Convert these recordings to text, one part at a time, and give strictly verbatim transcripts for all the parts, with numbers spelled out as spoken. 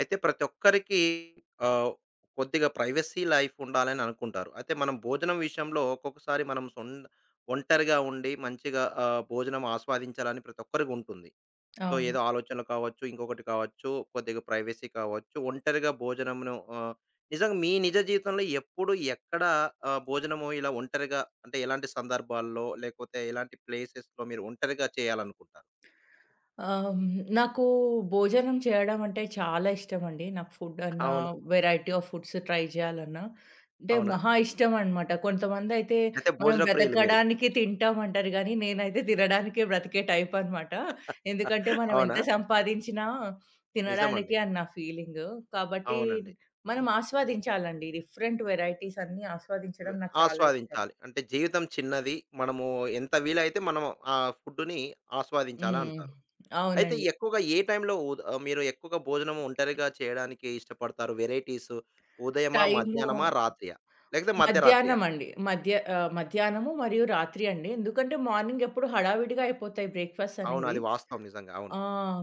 అయితే ప్రతి ఒక్కరికి ఆహ్, కొద్దిగా ప్రైవసీ లైఫ్ ఉండాలని అనుకుంటారు. అయితే మనం భోజనం విషయంలో ఒక్కొక్కసారి మనం సొం ఒంటరిగా ఉండి మంచిగా ఆహ్, భోజనం ఆస్వాదించాలని ప్రతి ఒక్కరికి ఉంటుంది. సో, అవును. ఏదో ఆలోచనలు కావచ్చు, ఇంకొకటి కావచ్చు, కొద్దిగా ప్రైవసీ కావచ్చు, ఒంటరిగా భోజనంను ఆహ్, నిజంగా మీ నిజ జీవితంలో ఎప్పుడు, ఎక్కడ ఆహ్, భోజనము ఇలా ఒంటరిగా అంటే ఎలాంటి సందర్భాల్లో, లేకపోతే ఎలాంటి ప్లేసెస్‌లో మీరు ఒంటరిగా చేయాలనుకుంటారు? ఆహ్, హ్మ్. నాకు భోజనం చేయడం అంటే చాలా ఇష్టమండి. నాకు ఫుడ్ అన్నా, అవునా? వెరైటీ ఆఫ్ ఫుడ్స్ ట్రై చేయాలన్నా, అంటే అవునా? మహా ఇష్టం అనమాట. కొంతమందైతే అయితే మనం భోజన ప్రియులు మీరు. బ్రతకడానికి తింటామంటారు గానీ, నేనైతే తినడానికే బ్రతికే టైప్ అనమాట. ఎందుకంటే మనం అవునా? ఎంత సంపాదించినా నిజమండి. తినడానికే అని నా ఫీలింగు. కాబట్టి అవునండి. మనం ఆస్వాదించాలండి. డిఫరెంట్ వెరైటీస్ అన్నీ వ్ ఆస్వాదించడం నాకు చాలా ఇష్టం. ఆస్వాదించాలి. అంటే జీవితం చిన్నది. మనము ఎంత వీలైతే మనం ఆ ఫుడ్‌ని ఆస్వాదించాలా హ్మ్. అంటారు. అయితే అవునండి. ఎక్కువగా ఏ టైంలో ఉద్ ఆహ్, మీరు ఎక్కువగా భోజనం ఒంటరిగా చేయడానికి ఇష్టపడతారు? వెరైటీస్ ఉదయమా? టైము మధ్యాహ్నమా? రాత్రియా? లేకపోతే మధ్యరాత్రియా? మధ్యాహ్నమండి. మధ్య ఆహ్, మధ్యాహ్నము మరియు రాత్రి అండి. ఎందుకంటే మార్నింగ్ ఎప్పుడు హడావిడిగా అయిపోతాయి బ్రేక్‌ఫాస్ట్స్ అవును. అనేవి. అది వాస్తవం నిజంగా. అవును. ఆ!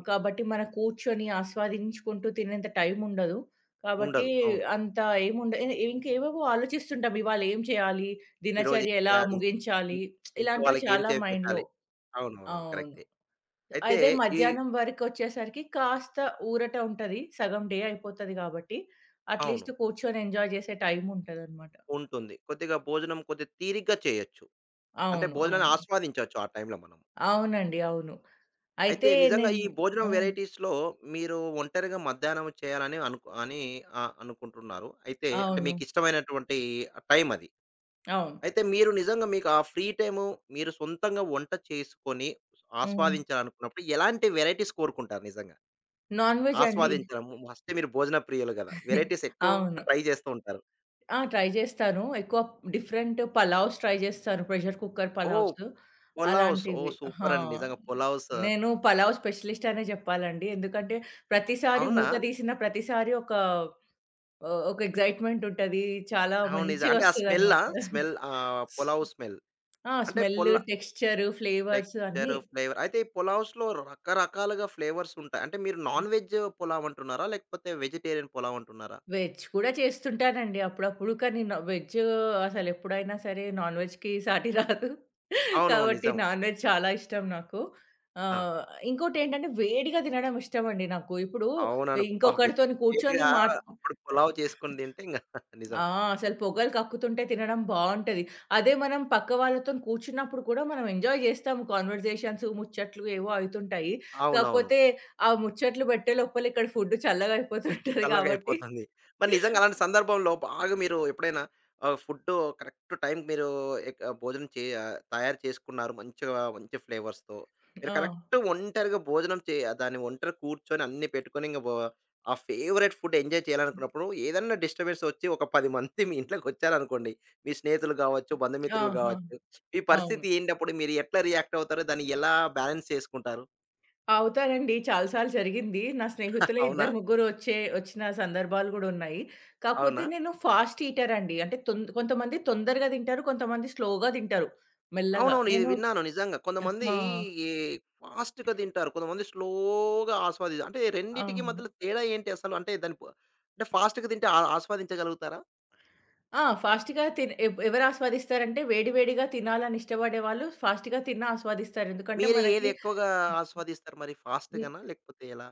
కాబట్టి మన కూర్చొని ఆస్వాదించుకుంటూ తినేంత టైం ఉండదు. కాబట్టి ఉండదు. అవును. అంత ఏముండ ఇ ఇంకేవేవో ఆలోచిస్తుంటాం. ఇవాళ ఏం చేయాలి? ఈరోజు దినచర్య ఏం ఎలా చేయాలి? ఇ ముగించాలి? ఇంట్లో ఇలాంటివి వాళ్ళకి ఏం చాలా చేసి మైండ్‌లో. పెట్టాలి? అవునవునవును. అవును. కరెక్టే. అయితే అయితే ఈ మధ్యాహ్నం వరకొచ్చేసరికి కాస్త ఊరట ఉంటది. సగం డే అయిపోతది కాబట్టి అవును. అట్‌లీస్ట్ కూర్చొని ఎంజాయ్ చేసే టైం ఉంటదనమాట. ఉంటుంది. కొద్దిగా భోజనం కొద్దిగా తీరిగ్గా చేయొచ్చు. అంటే అవును. భోజనాన్ని అవును. ఆస్వాదించొచ్చు ఆ టైంలో మనం. అవునండి. అవును. అయితే అయితే నిజంగా నేను ఈ భోజనం హ్మ్. వేరైటీస్‌లో మీరు ఒంటరిగా మధ్యాహ్నం చేయాలని అనుకు అని ఆహ్, అనుకుంటున్నారు. అయితే అంటే అవును. మీకిష్టమైనటువంటి టైం అది. అవును. అయితే మీరు నిజంగా మీకు ఆ ఫ్రీ టైము మీరు సొంతంగా వంట చేసుకొని హ్మ్. ఆస్వాదించాలనుకున్నప్పుడు ఎలాంటి వేరైటీస్ కోరుకుంటారు నిజంగా? నాన్ వెజ్ అండి. ఆస్వాదించడం ఫస్టే మీరు భోజన ప్రియులు గదా! వేరైటీస్ ఎక్కువ అవును. ట్రై చేస్తూ ఉంటారు. ఆ! ట్రై చేస్తాను. ఎక్కువ డిఫరెంట్ పలావ్స్ ట్రై చేస్తాను. ప్రెషర్ కుక్కర్ ఓహ్! పలావ్స్ పులావ్స్ ఓహ్! అలాంటివి. ఆ! సూపర్ అండి. నిజంగా పులావ్స్. నేను పలావ్ స్పెషలిస్ట్ అనే చెప్పాలండి. ఎందుకంటే ప్రతిసారి అవునా? మూత తీసిన ప్రతిసారి ఒక ఆహ్, ఒక ఎక్సైట్‌మెంట్ ఉంటది. చాలా అవును. నిజం. అంటే ఆ స్మెల్లా? మంచిగొస్తదనమాట. స్మెల్ ఆహ్, పులావ్ స్మెల్. ఆ! అంటే smell, full texture, flavours texture, అన్నీ. ఫ్లేవర్. అయితే ఈ పులావ్స్‌లో రకరకాలుగా ఫ్లేవర్స్ ఉంటాయి. అంటే మీరు నాన్ వెజ్ పులావ్ అంటున్నారా? లేకపోతే వెజిటేరియన్ పులావ్ అంటున్నారా? వెజ్ కూడా చేస్తుంటానండి అప్పుడప్పుడు. కానీ న వెజ్ అసలెప్పుడైనా సరే నాన్ వెజ్‌కి సాటి రాదు. అవునవును. కాబట్టి నిజం. నాన్ వెజ్ చాలా ఇష్టం నాకు. ఆ! ఆహ్, ఇంకోటేంటంటే వేడిగా తినడం ఇష్టమండి నాకు. ఇప్పుడు అవునవును. అబ్బా! వేడి ఇంకొకడితోని కూర్చొని వేడిగా మాట్ అప్పుడు పులావ్ చేసుకొని తింటే ఇంగ నిజం. ఆ! అసలు పొగలు కక్కుతుంటే తినడం బావుంటది. అదే మనం పక్క వాళ్ళతోని కూర్చున్నప్పుడు కూడా మనం ఎంజాయ్ జేస్తాము. కాన్వర్జేషన్స్, ముచ్చట్లు ఏవో అయితుంటాయి. అవునవును. కాకపోతే ఆ ముచ్చట్లు పెట్టే లోపల ఇక్కడ ఫుడ్ చల్లగా అయిపోతుంటది కాబట్టి చల్లగయిపోతుంది. మరి నిజంగా అలాంటి సందర్భంలో బాగా మీరు ఎప్పుడైనా ఆహ్, ఫుడ్డు కరెక్ట్ టైంకి మీరు ఎక్ ఆ, భోజనం చే ఆహ్, తయారు చేసుకున్నారు మంచిగా మంచి ఫ్లేవర్స్‌తో. మీరు ఆ! కరెక్ట్ ఒంటరిగా భోజనం చే ఆ, దాన్ని ఒంటరి కూర్చొని అన్నీ పెట్టుకొని ఇంక బో ఆ ఫేవరెట్ ఫుడ్ ఎంజాయ్ చేయాలనుకున్నప్పుడు ఏదన్నా డిస్టర్బెన్స్ ఒచ్చి ఒక పది మంది మీ ఇంట్లోకొచ్చారనుకోండి. మీ స్నేహితులు గావచ్చు, బంధుమిత్రులు ఆహా! గావచ్చు. మీ అవును. పరిస్థితి ఏంటప్పుడు మీరు ఎట్లా రియాక్ట్ అవుతారు? దాన్ని ఎలా బ్యాలెన్స్ చేసుకుంటారు? అవుతారండి. చాలా సార్లు జరిగింది. నా స్నేహితులే అవునా? ఇద్దరు, ముగ్గురు వచ్చే వచ్చిన సందర్భాలు గూడా ఉన్నాయి. అవునా? కాకపోతే నేను ఫాస్ట్ ఈటర్ అండి. అంటే తొన్ కొంతమంది తొందరగా తింటారు. కొంతమంది స్లోగా తింటారు. మెల్లగా. అవునవును. ఇది నేను విన్నాను నిజంగా. కొంతమంది ఆ! ఈ ఫాస్ట్‌గా తింటారు. కొంతమంది స్లోగా ఆస్వాది అంటే ఆ! రెండిటికి మధ్యలో తేడా ఏంటి అసలు? అంటే దాని ప అంటే ఫాస్ట్‌గా తింటే ఆ ఆస్వాదించగలుగుతారా? ఆ! ఫాస్ట్‌గా తిన్ ఎవ్ ఎవరు ఆస్వాదిస్తారంటే వేడి వేడిగా తినాలని ఇష్టపడే వాళ్ళు ఫాస్ట్‌గా తిన్న ఆస్వాదిస్తారు. ఎందుకంటే మీరు ఏది మనకి ఎక్కువగా ఆస్వాదిస్తారు మరి ఫాస్ట్‌గానా? లేకపోతే ఎలా?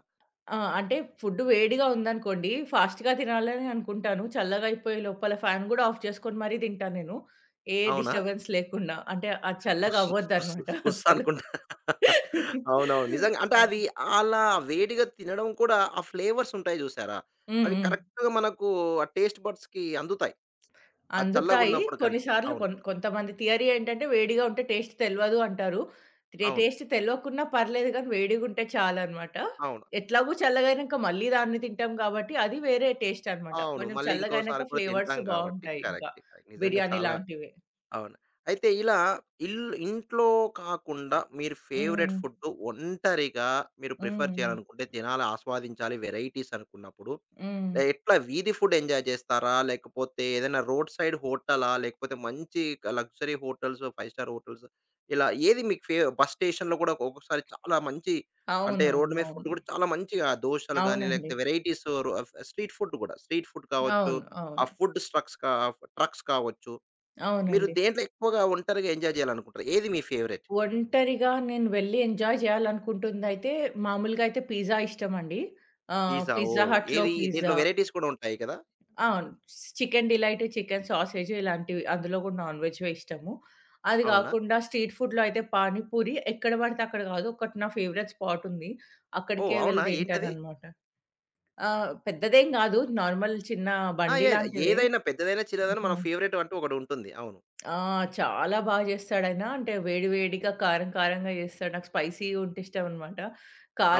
ఆ! అంటే ఫుడ్ వేడిగా ఉందనుకోండి, ఫాస్ట్‌గా తినాలని అనుకుంటాను. చల్లగా అయిపోయే లోపల ఫ్యాన్ గూడా ఆఫ్ చేసుకొని మరీ తింటా నేను. ఏ అవునా? డిస్టర్బెన్స్ లేకుండా. అంటే అది చల్లగా ఉస్ ఉస్ అవ్వద్దనమాట ఉస్ అసలు. అనుకుంటా. అవునవును. నిజంగా అంటే ఆ! అది అలా వేడిగా తినడం కూడా ఆ ఫ్లేవర్స్ ఉంటాయి చూసారా? హ్మ్. అవి హ్మ్. కరెక్ట్‌గా మనకు ఆ టేస్ట్ బడ్స్‌కి అందుతాయి. ఆ అందుతాయి. చల్లగున్నప్పుడు కొన్ని కంటే. సార్లు అవును. కొన్ కొంతమంది థియరీ ఏంటంటే వేడిగా ఉంటే టేస్ట్ తెలవదు అంటారు. టే అవును. టేస్ట్ తెలవకున్నా పర్లేదు గానీ వేడిగుంటే చాలనమాట. అవును. ఎట్లాగో చల్లగయినంక మళ్ళీ దాన్ని తింటాం కాబట్టి అది వేరే టేస్ట్ అనమాట. అవును. కొంచెం మళ్ళీ ఇంకోసారి చల్లగయినంక కూడా తింటాం ఫ్లేవర్స్ కాబట్టి బావుంటాయి ఇంకా. కరెక్టే. కరెక్ట్. నిజంగా బిర్యానీ చాలా లాంటివి. అవును. అయితే ఇలా ఇల్లు ఇంట్లో కాకుండా మీరు ఫేవరెట్ హ్మ్. ఫుడ్ ఒంటరిగా మీరు ప్రిఫర్ హ్మ్. హ్మ్. చేయాలనుకుంటే తినాలి, ఆస్వాదించాలి, వెరైటీస్ అనుకున్నప్పుడు హ్మ్. లే ఎట్లా వీధి ఫుడ్ ఎంజాయ్ చేస్తారా? లేకపోతే ఏదైనా రోడ్ సైడ్ హోటలా? లేకపోతే మంచి క luxury hotels, five star hotels ఇలా ఏది మీకు ఫే బస్ స్టేషన్‌లో కూడా ఒక్కొక్కసారి చాలా మంచి అంటే రోడ్ అవునవును. మీద ఫుడ్ అవును. కూడా చాలా మంచిగా దోసలు గాని, అవునండి. లేకపోతే varieties row of street food కూడా. స్ట్రీట్ ఫుడ్ కావచ్చు, అవును. ఆ అవును. ఫుడ్ స్ట్రక్స్ కా ట్రక్స్ కావచ్చు. మీరు అవునండి. దేంట్లో ఎక్కువగా ఒంటరిగా ఎంజాయ్ చేయాలనుకుంటారు? ఏది మీ ఫేవరెట్? ఒంటరిగా నేను వెళ్ళి ఎంజాయ్ చేయాలనుకుంటుందయితే, మామూలుగా అయితే పిజ్జా ఇష్టమండి. ఆహ్, పిజ్జా పిజ్జా ఓహ్! హట్‌లో ఏది దీంట్లో పిజ్జా వెరైటీస్ కూడా ఉంటాయి కదా! అవును. చికెన్ డిలైట్, చికెన్ సాసేజ్ ఇలాంటివి అందులో కూడా నాన్ వెజ్‌వే ఇష్టము. అది అవునా? కాకుండా స్ట్రీట్ ఫుడ్‌లో అయితే పానీపూరి ఎక్కడ పడితే అక్కడ కాదు. ఒకటి నా ఫేవరెట్ స్పాట్ ఉంది. ఓహ్! అక్కడికే వెళ్ళి అవునా? ఏంటది? తింటాననమాట. ఆ! పెద్దదేం కాదు. నార్మల్ చిన్న ఆ! బండి ఏది లాంటిదే. ఏదైనా పెద్దదైనా, చిన్నదైనా మన ఫేవరెట్ అంటూ ఒకటుంటుంది. అవును. ఆ! చాలా బా చేస్తాడాయన. అంటే వేడి వేడిగా, కారం కారంగా చేస్తాడు. నాకు స్పైసీగా ఉంటే ఇష్టం అనమాట.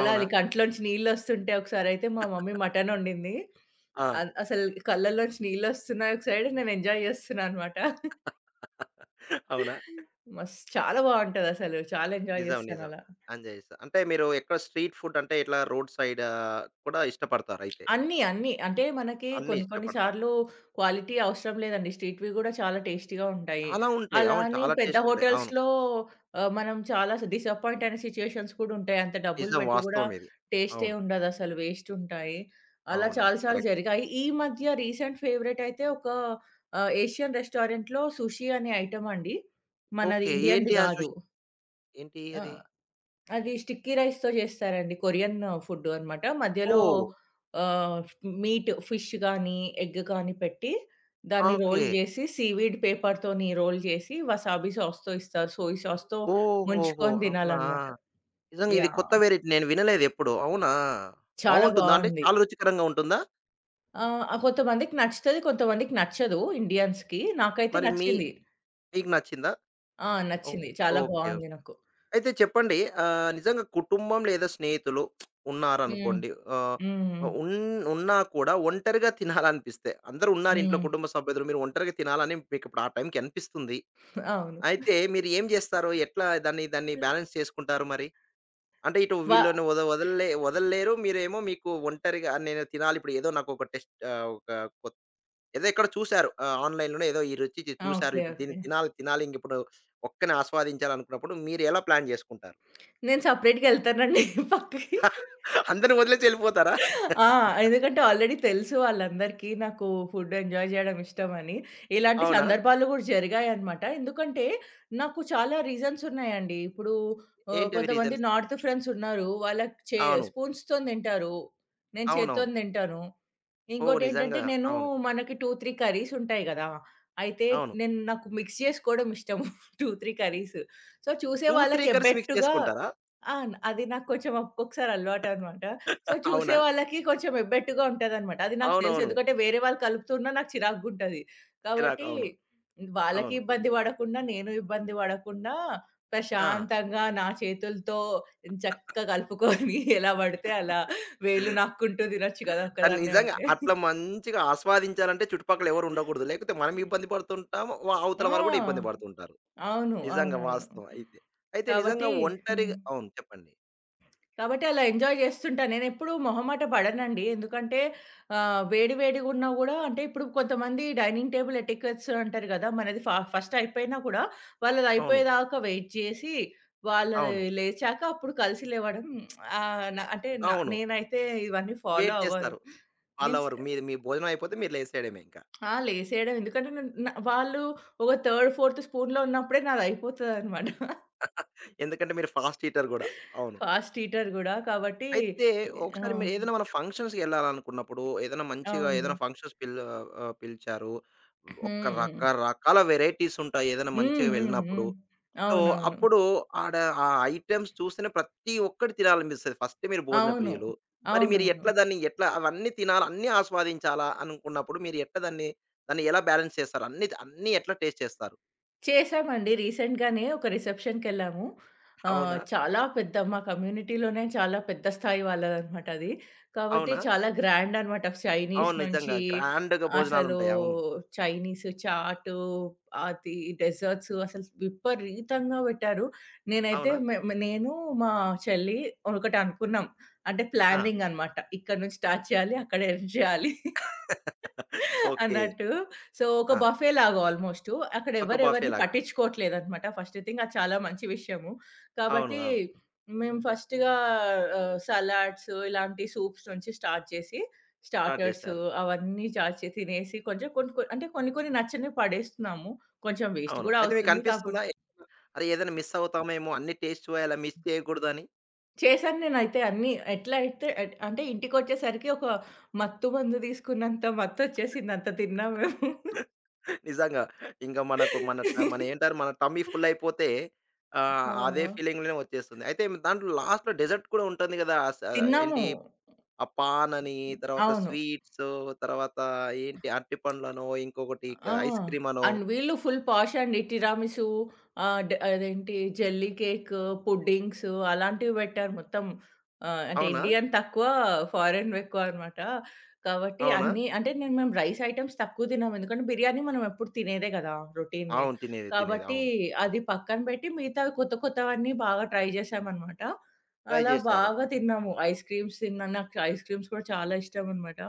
అవునా? కంట్లోంచి నీళ్లొస్తుంటే ఒకసారయితే మా మమ్మీ మటన్ వండింది. ఆ! అన్ అసలు కళ్ళలోంచి నీళ్లొస్తున్నాయి ఒక సైడ్. నేను ఎంజాయ్ చేస్తున్నా అనమాట. అవునా? మస్త్ చాలా ఓకే. బావుంటదసలు. చాలా ఎంజాయ్ నిజం. నిజం. చేస్తానలా. ఎంజాయ్ చేస్తా. అంటే మీరు ఎక్కువ స్ట్రీట్ ఫుడ్ అంటే ఇట్లా రోడ్ సైడ్ ఆహ్, కూడా ఇష్టపడతారయితే. అన్నీ, అన్నీ. అంటే మనకి అన్నీ కొన్ని కొన్ని ఇష్టపడతారు. సార్లు క్వాలిటీ అవసరం లేదండి. స్ట్రీట్‌వి గూడా చాలా టేస్టీగా ఉంటాయి. చాలా ఉంటాయి. అలా అవును. అని చాలా పెద్ద టేస్ట్ ఉంటాయి. అవును. హోటల్స్‌లో ఆహ్, మనం చాలా డిసప్పాయింట్ అయిన సిట్యుయేషన్స్ కూడా ఉంటాయి. అంత డబ్బులు నిజం. పెట్టి గూడా వాస్తవం ఇది. టేస్టే అవును. ఉండదసలు వేస్ట్ ఉంటాయి. అలా చాలా అవునండి. సార్లు కరెక్ట్. జరిగాయి. ఈ మధ్య రీసెంట్ ఫేవరెట్ అయితే ఒక ఆహ్, ఏషియన్ రెస్టారెంట్‌లో సుషి అనే ఐటెమ్ అండి. మనది ఓకే. ఇండియన్‌ది ఏంటి ఆ గాదు. సుషి? ఏంటి ఆ! అది? అది స్టిక్కీ రైస్‌తో చేస్తారండి. కొరియన్ ఫుడ్ అనమాట. మధ్యలో ఓహ్! ఆహ్, మీట్ ఫిష్ గానీ, ఎగ్ కానీ పెట్టి దాన్ని ఓకే. రోల్ జేసి సీవీడ్ పేపర్‌తోని రోల్ చేసి వసాబీ సాస్‌తో ఇస్తారు. సోయ్ సాస్‌తో ఓహోహో! ముంచుకొని అవునా! తినాలనమాట. నిజంగా ఇది కొత్త యాహ్! వేరైటీ. నేను వినలేదెప్పుడు. అవునా! చాలా బావుంటుందా? అంటే బావుంది. చాలా రుచికరంగా ఉంటుందా? ఆహ్, ఆ కొంతమందికి నచ్చుతది. కొంతమందికి నచ్చదు ఇండియన్స్‌కి. నాకైతే మరి మీ నచ్చింది. మీకు నచ్చిందా? ఆ! ఓ నచ్చింది. ఓకే. చాలా ఓకే. బావుంది నాకు. అయితే చెప్పండి ఆహ్, నిజంగా కుటుంబం లేదా స్నేహితులు హ్మ్. ఉన్నారనుకోండి. ఆహ్, హ్మ్. ఉన్ ఉన్నా కూడా ఒంటరిగా తినాలనిపిస్తే అందరూ ఉన్నారు ఇంట్లో హ్మ్. కుటుంబ సభ్యులు. మీరు ఒంటరిగా తినాలని మీకిప్పుడు ఆ టైంకి అనిపిస్తుంది. అవును. అయితే మీరు ఏం జేస్తారు? ఎట్లా దాన్ని దాన్ని బ్యాలెన్స్ చేసుకుంటారు మరి? అంటే ఇటు వ వీళ్ళని వద వదలలే వదలలేరు. మీరేమో మీకు ఒంటరిగా నేను తినాలి ఇప్పుడు ఏదో నాకు ఒక టెస్ట్ ఆహ్, ఒక కొ ఏదో ఎక్కడో చూసారు. ఆహ్, ఆన్‌లైన్‌లోనే ఏదో ఈ రుచి చు చూసారు. ఓకే. ఇప్పుడు దీన్ని ఓకే. తినాలి, తినాలి ఇంకిప్పుడు ఒక్కనే ఆస్వాదించాలనుకున్నప్పుడు మీరు ఎలా ప్లాన్ జేసుకుంటారు? నేను సెపరేట్‌గా ఎళ్తానండి పక్కకి. అందరిని వదిలేసి ఎళ్ళిపోతారా? ఆ! ఎందుకంటే ఆల్రెడీ తెలుసు వాళ్ళందరికీ నాకు ఫుడ్ ఎంజాయ్ జేయడం ఇష్టమని. ఇలాంటి అవునా? సందర్భాలు గూడా జరిగాయన్నమాట. ఎందుకంటే నాకు చాలా రీజన్స్ ఉన్నాయండి. ఇప్పుడు ఆహ్, ఏంటవి కొంతమంది రీజన్స్? నార్త్ ఫ్రెండ్స్ ఉన్నారు. వాళ్ళకి చే అవును. స్పూన్స్‌తోని తింటారు. నేను అవునవును. చేత్తోని తింటాను. ఓహ్! ఇంకోటేంటంటే నిజంగా. నేను అవును. మనకి రెండు, మూడు కర్రీస్ ఉంటాయి గదా! అయితే అవును. నేను నాకు మిక్స్ జేసుకోవడం ఇష్టం. రెండు, మూడు కర్రీస్. సో, చూసే రెండు, మూడు వాళ్ళకి కర్రీస్ మిక్స్ ఎబ్బెట్టుగా చేసుకుంటారా? ఆ! అది నాకు కొంచెం ఒక్కొక్కసారి అలవాటన్నమాట. సో, చూసే అవునా? వాళ్ళకి కొంచెం ఎబ్బెట్టుగా ఉంటదనమాట. అది నాకు తెలుసు. అవునవును. ఎందుకంటే వేరే వాళ్ళు కలుపుతున్నా నాకు చిరాకుగుంటది. చిరాకు. కాబట్టి అవును. వాళ్ళకి అవును. ఇబ్బంది పడకుండా, నేను ఇబ్బంది పడకుండా ఆ! ప్రశాంతంగా నా చేతులతో చక్కగా కలుపుకొని ఎలా పడితే అలా వేళ్ళు నాక్కుంటూ తినొచ్చు కదా! కానీ ఒక్కదాన్నే నిజంగా ఉంటే. అట్లా మంచిగా ఆస్వాదించాలంటే చుట్టుపక్కల ఎవరు ఉండకూడదు. లేకపోతే మనం ఇబ్బంది పడుతుంటాము. వ అవతల వాళ్ళు గూడా ఇబ్బంది ఆ! పడుతుంటారు. అవును. నిజంగా అవునవును. వాస్తవం అయితే. అయితే నిజంగా కాబట్టి హ్మ్. ఒంటరిగా అవును. చెప్పండి. కాబట్టి అలా ఎంజాయ్ చేస్తుంటా. నేనెప్పుడూ మొహమాట పడనండి. ఎందుకంటే ఆహ్, వేడి వేడిగున్నా గూడా అంటే ఇప్పుడు కొంతమంది డైనింగ్ టేబుల్ ఎటికెట్స్ అంటారు గదా! మనది ఫ ఫస్ట్ అయిపోయినా కూడా అవును. వాళ్ళదయిపోయేదాకా వెయిట్ చేసి, వాళ్ళది అవును. లేచాక అప్పుడు కలిసి లేవడం ఆహ్, న అంటే న అవును. నేనైతే ఇవన్నీ ఫాలో వెయిట్ అవ్వను. చేస్తారు. నేను స్ వాళ్ళెవరు మీది మీ మీ భోజనం అయిపోతే మీరు లేసేయడమే ఇంకా. ఆ! లేసేయడం ఎందుకంటే న న వాళ్ళు ఒక థర్డ్, ఫోర్త్ స్పూన్‌లో ఉన్నప్పుడే నాదయిపోతదనమాట. ఎందుకంటే మీరు ఫాస్ట్ ఈటర్ గూడా. అవును. ఫాస్ట్ ఈటర్ గూడా. కాబట్టి అయితే ఆ! ఒకసారి మీరు ఏదైనా మన ఫంక్షన్స్‌కి ఎళ్ళాలనుకున్నప్పుడు ఏదైనా మంచిగా ఏదైనా అవును. ఫంక్షన్స్ పిల్ ఆహ్, పిలిచారు. ఒక హ్మ్. హ్మ్. రకరకాల వెరైటీస్ ఉంటాయి ఏదైనా హ్మ్. మంచిగా హ్మ్. వెళ్ళినప్పుడు. హ్మ్. సో, అవునవును. అప్పుడు ఆడ ఆ ఐటెమ్స్ చూస్తేనే ప్రతి ఒక్కటి తినాలనిపిస్తది. ఫస్ట్ మీరు భోజన అవును. ప్రియులు. మరి మీరు అవునవును. ఎట్లా దాన్ని ఎట్లా అవన్నీ తినాలా, అన్నీ ఆస్వాదించాలా అనుకున్నప్పుడు మీరు ఎట్లా దాన్ని, దాన్ని ఎలా బ్యాలెన్స్ చేస్తారు? అన్నీ అన్నీ ఎట్లా టేస్ట్ చేస్తారు? చేశామండి. రీసెంట్‌గానే ఒక రిసెప్షన్‌కెళ్ళాము. ఆహ్, అవునా? చాలా పెద్ద మా కమ్యూనిటీలోనే చాలా పెద్ద స్థాయి వాళ్ళదనమాట అది. కాబట్టి అవునా? చాలా గ్రాండ్ అనమాట. చైనీస్ అవును. నిజంగా. నుంచి గ్రాండ్‌గా అసలు భోజనాలుంటాయి. అవును. చైనీస్ చాటు అది డెజర్ట్స్ అసలు విపరీతంగా పెట్టారు. నేనైతే అవునా? మే నేను, మా చెల్లి ఒకటనుకున్నాం. అంటే ఆ! ప్లానింగ్ అనమాట. ఇక్కడి నుంచి స్టార్ట్ చేయాలి, అక్కడ ఎండ్ చేయాలి. ఓకే. అన్నట్టు. సో, ఒక ఆ! బఫే లాగా ఆల్‌మోస్టు. అక్కడ ఒక ఎవరెవరిని బఫేలాగా. పట్టించుకోవట్లేదనమాట. ఫస్ట్ థింగ్ అది చాలా మంచి విషయము. అవును. కాబట్టి అవును. మేము ఫస్ట్‌గా ఆహ్, సలాడ్స్ ఇలాంటి సూప్స్ నుంచి స్టార్ట్ చేసి, స్టార్ట్ స్టార్టర్స్ చేశారు. అవన్నీ చార్జ్ చే తినేసి కొంచెం కొన్ని కొ అంటే కొన్ని కొన్ని నచ్చనివి పడేస్తున్నాము. కొంచెం వేస్ట్ అవును. గూడా అయితే అవుతుంది. మీకనిపిస్తుందా? కాబట్టి అరే! ఏదైనా మిస్ అవుతామేమో, అన్ని టేస్ట్ చూయాలా, మిస్ చేయకూడదని? చేశాను నేనైతే అన్నీ. ఎట్లా అయితే ఎట్ అంటే ఇంటికొచ్చేసరికి ఒక మత్తు మందు తీసుకున్నంత మత్తొచ్చేసింది. అంత తిన్నాం మేము. నిజంగా. ఇంక మనకు మన ట మన ఏంటారు మన టమ్మీ ఫుల్ అయిపోతే ఆహ్, అదే ఆ! ఫీలింగ్‌లోనే వచ్చేస్తుంది. అయితే మీ దాంట్లో లాస్ట్‌లో డెజర్ట్ కూడా ఉంటుంది గదా! అస తిన్నాము. ఏంటి ఆ పాన్ అని, తర్వాత అవును. స్వీట్స్, తర్వాత ఏంటి అరటి పండ్లనో, ఇంకొకటి ఆ! ఐస్ క్రీమ్ అనో అండ్ వీళ్ళు ఫుల్ పాష్ అండి. టిరామిసు ఆహ్, డ్ అదేంటి జెల్లీ కేకు, పుడ్డింగ్స్ అలాంటివి పెట్టారు మొత్తం. ఆహ్, అంటే అవునా? ఇండియన్ తక్కువ, ఫారెన్‌వి ఎక్కువనమాట. కాబట్టి అవునా? అన్నీ అంటే నేను మేము రైస్ ఐటెమ్స్ తక్కువ తినము. ఎందుకంటే బిర్యానీ మనం ఎప్పుడు తినేదే కదా! రొటీన్‌వి. అవును. తినేది, తినేది. కాబట్టి అవును. అది పక్కన పెట్టి మిగతావి కొత్త కొత్తవన్నీ బాగా ట్రై చేశామనమాట. ట్రై అలా జేశారు. బాగా తిన్నాము. ఐస్ క్రీమ్స్ తిన్నాను. నాకు ఐస్ క్రీమ్స్ కూడా చాలా ఇష్టమనమాట.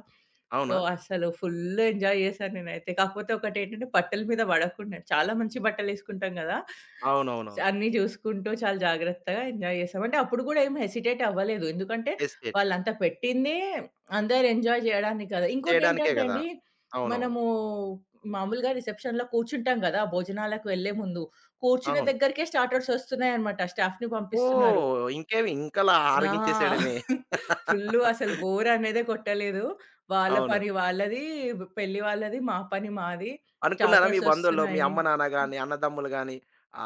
సో, అవునా? అసలు ఫుల్ ఎంజాయ్ చేశాను నేనైతే. కాకపోతే ఒకటేంటంటే బట్టల మీద పడకుండా చాలా మంచి బట్టలేసుకుంటాం గదా! అవునవునవును. అన్నీ చూసుకుంటూ చాలా జాగ్రత్తగా ఎంజాయ్ చేసాం. అంటే అప్పుడు గూడా ఏం హెసిటేట్ అవ్వలేదు. ఎందుకంటే ఎస్టేట్. వాళ్ళంత పెట్టిందే అందరూ ఎంజాయ్ జేయడానికి గదా! చేయడానికే ఇంకోటేంటంటే గదా! అండి అవునవును. మనము మామూలుగా రిసెప్షన్‌లో కూర్చుంటాం గదా! భోజనాలకు వెళ్ళే ముందు. కూర్చున్న అవును. దగ్గరికే స్టార్టర్స్ వస్తున్నాయన్నమాట. స్టాఫ్‌ని పంపిస్తున్నారు. ఓహ్! ఇంకేమి ఇంకా అలా ఆ! ఆరగించేసేయడమే. ఫుల్లు అసలు బోర్ అనేదే కొట్టలేదు. వాళ్ళ అవును. పని వాళ్ళది, పెళ్లి వాళ్ళది, మా పని మాది. అనుకున్నారా మీ చార్టర్స్ బంధువుల్లో మీ వస్తున్నాయి. అమ్మ, నాన్న గాని, అన్నదమ్ములు గాని,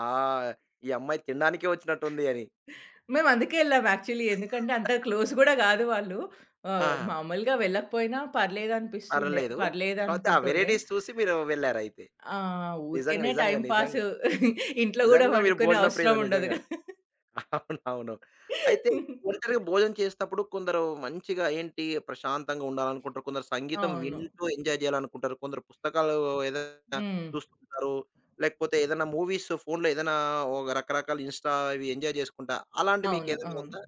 ఆహ్, ఈ అమ్మాయి తినడానికే వచ్చినట్టుంది అని? మేము అందుకే ఎళ్ళాం యాక్చువల్లీ. ఎందుకంటే అంత క్లోజ్ గూడా గాదు వాళ్ళు. ఆహ్, ఆ! మామూలుగా వెళ్ళకపోయినా పర్లేదనిపిస్తుండే. పర్లేదు. కాపోతే ఆ పర్లేదనుకుంటుండే. వెరైటీస్ చూసి మీరు వెళ్లారయితే. ఆ! నిజంగా, ఊరికేనే నిజంగా, టైమ్ పాస్ నిజంగా. ఇంట్లో గూడా నిజంగా మీరు వండుకునే భోజన అవసరం ప్రియులు ఉండదు నిజంగా. గదా! అవునవును. అయితే ఒంటరిగా భోజనం చేసేటప్పుడు కొందరు మంచిగా ఏంటి ప్రశాంతంగా ఉండాలనుకుంటారు. కొందరు సంగీతం అవును. వింటూ ఎంజాయ్ చేయాలనుకుంటారు. కొందరు పుస్తకాలు ఏదైనా హ్మ్. చూస్తుంటారు. లేకపోతే ఏదైనా మూవీస్ ఫోన్‌లో ఏదైనా ఒక రకరకాల ఇన్‌స్టా ఇవి ఎంజాయ్ చేసుకుంటా అలాంటివి అవును. మీకేదైనా అవును. ఉందా?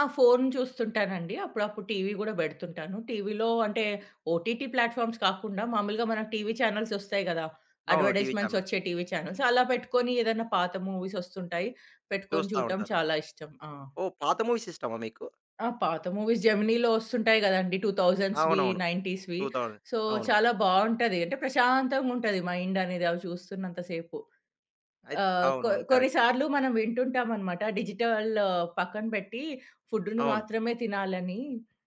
ఆ! ఫోను చూస్తుంటానండి. అప్పుడప్పుడు టీవీ గూడా బెడుతుంటాను. టీవీలో అంటే ఓటీటీ ప్లాట్‌ఫామ్స్ కాకుండా మామూలుగా మనకు టీవీ ఛానెల్స్ ఒస్తాయి గదా! అవును. TV advertisements channels. ఒచ్చే టీవీ ఛానెల్స్. అలా పెట్టుకొని ఏదైనా పాత మూవీస్ ఒస్తుంటాయి. పెట్టుకొని చూస్తా చూడటం ఉంటారు. చాలా ఇష్టం. ఆ! ఓహ్! పాత మూవీస్ ఇష్టమా మీకు? ఆ! పాత మూవీస్ జెమినీలో ఒస్తుంటాయి గదండీ. 2000స్‌వి, అవునవును. 90స్‌వి. రెండు వేల సో, అవును. చాలా బావుంటది. అంటే ప్రశాంతంగుంటది మైండ్ అనేది అవి చూస్తున్నంత సేపు. అయిత్ ఆహ్, కొ అవునవును. కరెక్ట్. కొన్నిసార్లు మనం వింటుంటామనమాట. డిజిటల్ పక్కన పెట్టి ఫుడ్‌ను అవును. మాత్రమే తినాలని.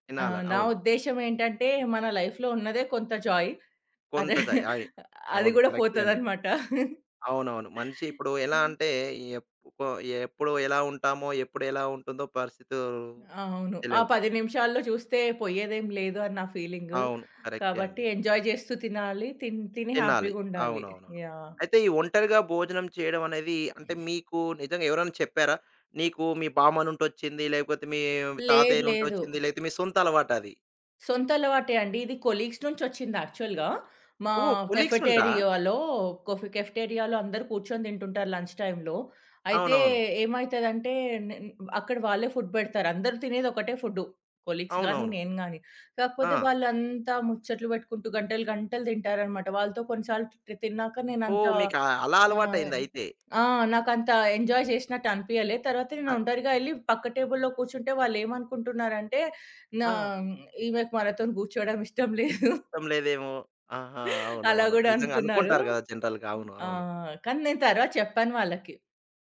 తినాల. ఆహ్, నా అవును. ఉద్దేశ్యం ఏంటంటే మన లైఫ్‌లో ఉన్నదే కొంత జాయ్. కొంత అదే చై అయి అది అవును. గూడా కరెక్టే అండి. పోతదనమాట. అవునవును. మనిషి ఇప్పుడు ఎలా అంటే ఎప్పుకో ఎప్పుడు ఎలా ఉంటామో, ఎప్పుడు ఎలా ఉంటుందో పరిస్థితులు అవును. ఆ తెలియవు. పది నిమిషాల్లో చూస్తే పోయేదేం లేదు అని నా ఫీలింగ్. అవును. కరెక్టే కాబట్టి అండి. ఎంజాయ్ చేస్తూ తినాలి. తిన్ తిని తినాలి. హ్యాపీగుండాలి. అవునవునవును. యాహ్! అయితే ఈ ఒంటరిగా భోజనం చేయడం అనేది అంటే మీకు నిజంగా ఎవరైనా చెప్పారా? నీకు మీ బామ్మ నుంటొచ్చింది, లేకపోతే మీ లేదు తాతయ్య లేదు. నుంటొచ్చింది, లేకపోతే మీ సొంత అలవాటది? సొంత అలవాటే అండి. ఇది కొలీగ్స్ నుంచొచ్చింది యాక్చువల్‌గా. మా ఓహ్! కొలీగ్స్ ఉంటా? కెఫెటేరియాలో కొఫ్ కెఫెటేరియాలో అందరూ కూర్చొని తింటుంటారు లంచ్ టైమ్‌లో. అయితే అవునవును. ఏమైతదంటే నేన్ అక్కడ వాళ్ళే ఫుడ్ పెడతారు. అందరూ తినేది ఒకటే ఫుడ్డు. కొలీగ్స్ గానీ, అవునవును. నేను గానీ. ఆ! కాకపోతే వాళ్ళంతా ముచ్చట్లు పెట్టుకుంటూ గంటలు, గంటలు తింటారనమాట. వాళ్ళతో కొన్నిసార్లు తి తిన్నాక నేనంత ఓహ్! మీకు ఆహ్, అలా ఆహ్, అలవాటయిందయితే. ఆ! నాకంత ఎంజాయ్ చేసినట్టు అనిపియలే. తర్వాత నేను అ ఒంటరిగా ఎళ్లి పక్క టేబుల్‌లో కూర్చుంటే వాళ్ళేమనుకుంటున్నారంటే నా ఆ! ఈమెకు మనతోని కూర్చోవడం ఇష్టం లేదు. ఇష్టం లేదేమో! ఆహా! అలా అవునవును. గూడా నిజంగా అనుకున్నారు. అనుకుంటారు గదా! జనరల్‌గా. అవును. ఆ! అవును. కానీ నేను తర్వాత చెప్పాను వాళ్ళకి.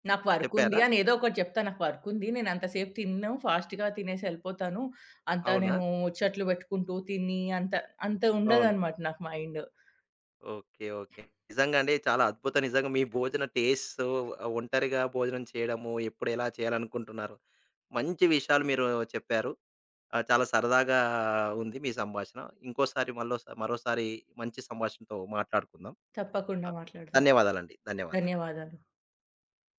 నాకు వర్కుంది చెప్పారా? అని ఏదో ఒకటి చెప్తా. నాకు వర్కుంది. నేను అంతసేపు తినను. ఫాస్ట్‌గా తినేసి ఎళ్ళిపోతాను. అంత అవునా? నేను ముచ్చట్లు పెట్టుకుంటూ తిని అంత అంత అవును. ఉండదనమాట నాకు మైండ్. ఓకే. ఓకే. నిజంగా అండి. చాలా అద్భుతం. నిజంగా మీ భోజన టేస్ట్స్ ఆహ్, ఒంటరిగా భోజనం చేయడము, ఎప్పుడు ఎలా చేయాలనుకుంటున్నారు. మంచి విషయాలు మీరు చెప్పారు. ఆహ్, చాలా సరదాగా ఉంది మీ సంభాషణ. ఇంకోసారి మల్లోసా మరోసారి మంచి సంభాషణతో మాట్లాడుకుందాం. తప్పకుండా అ! మాట్లాడదాం. ధన్యవాదాలండి. ధన్యవాదాలు. ధన్యవాదాలు.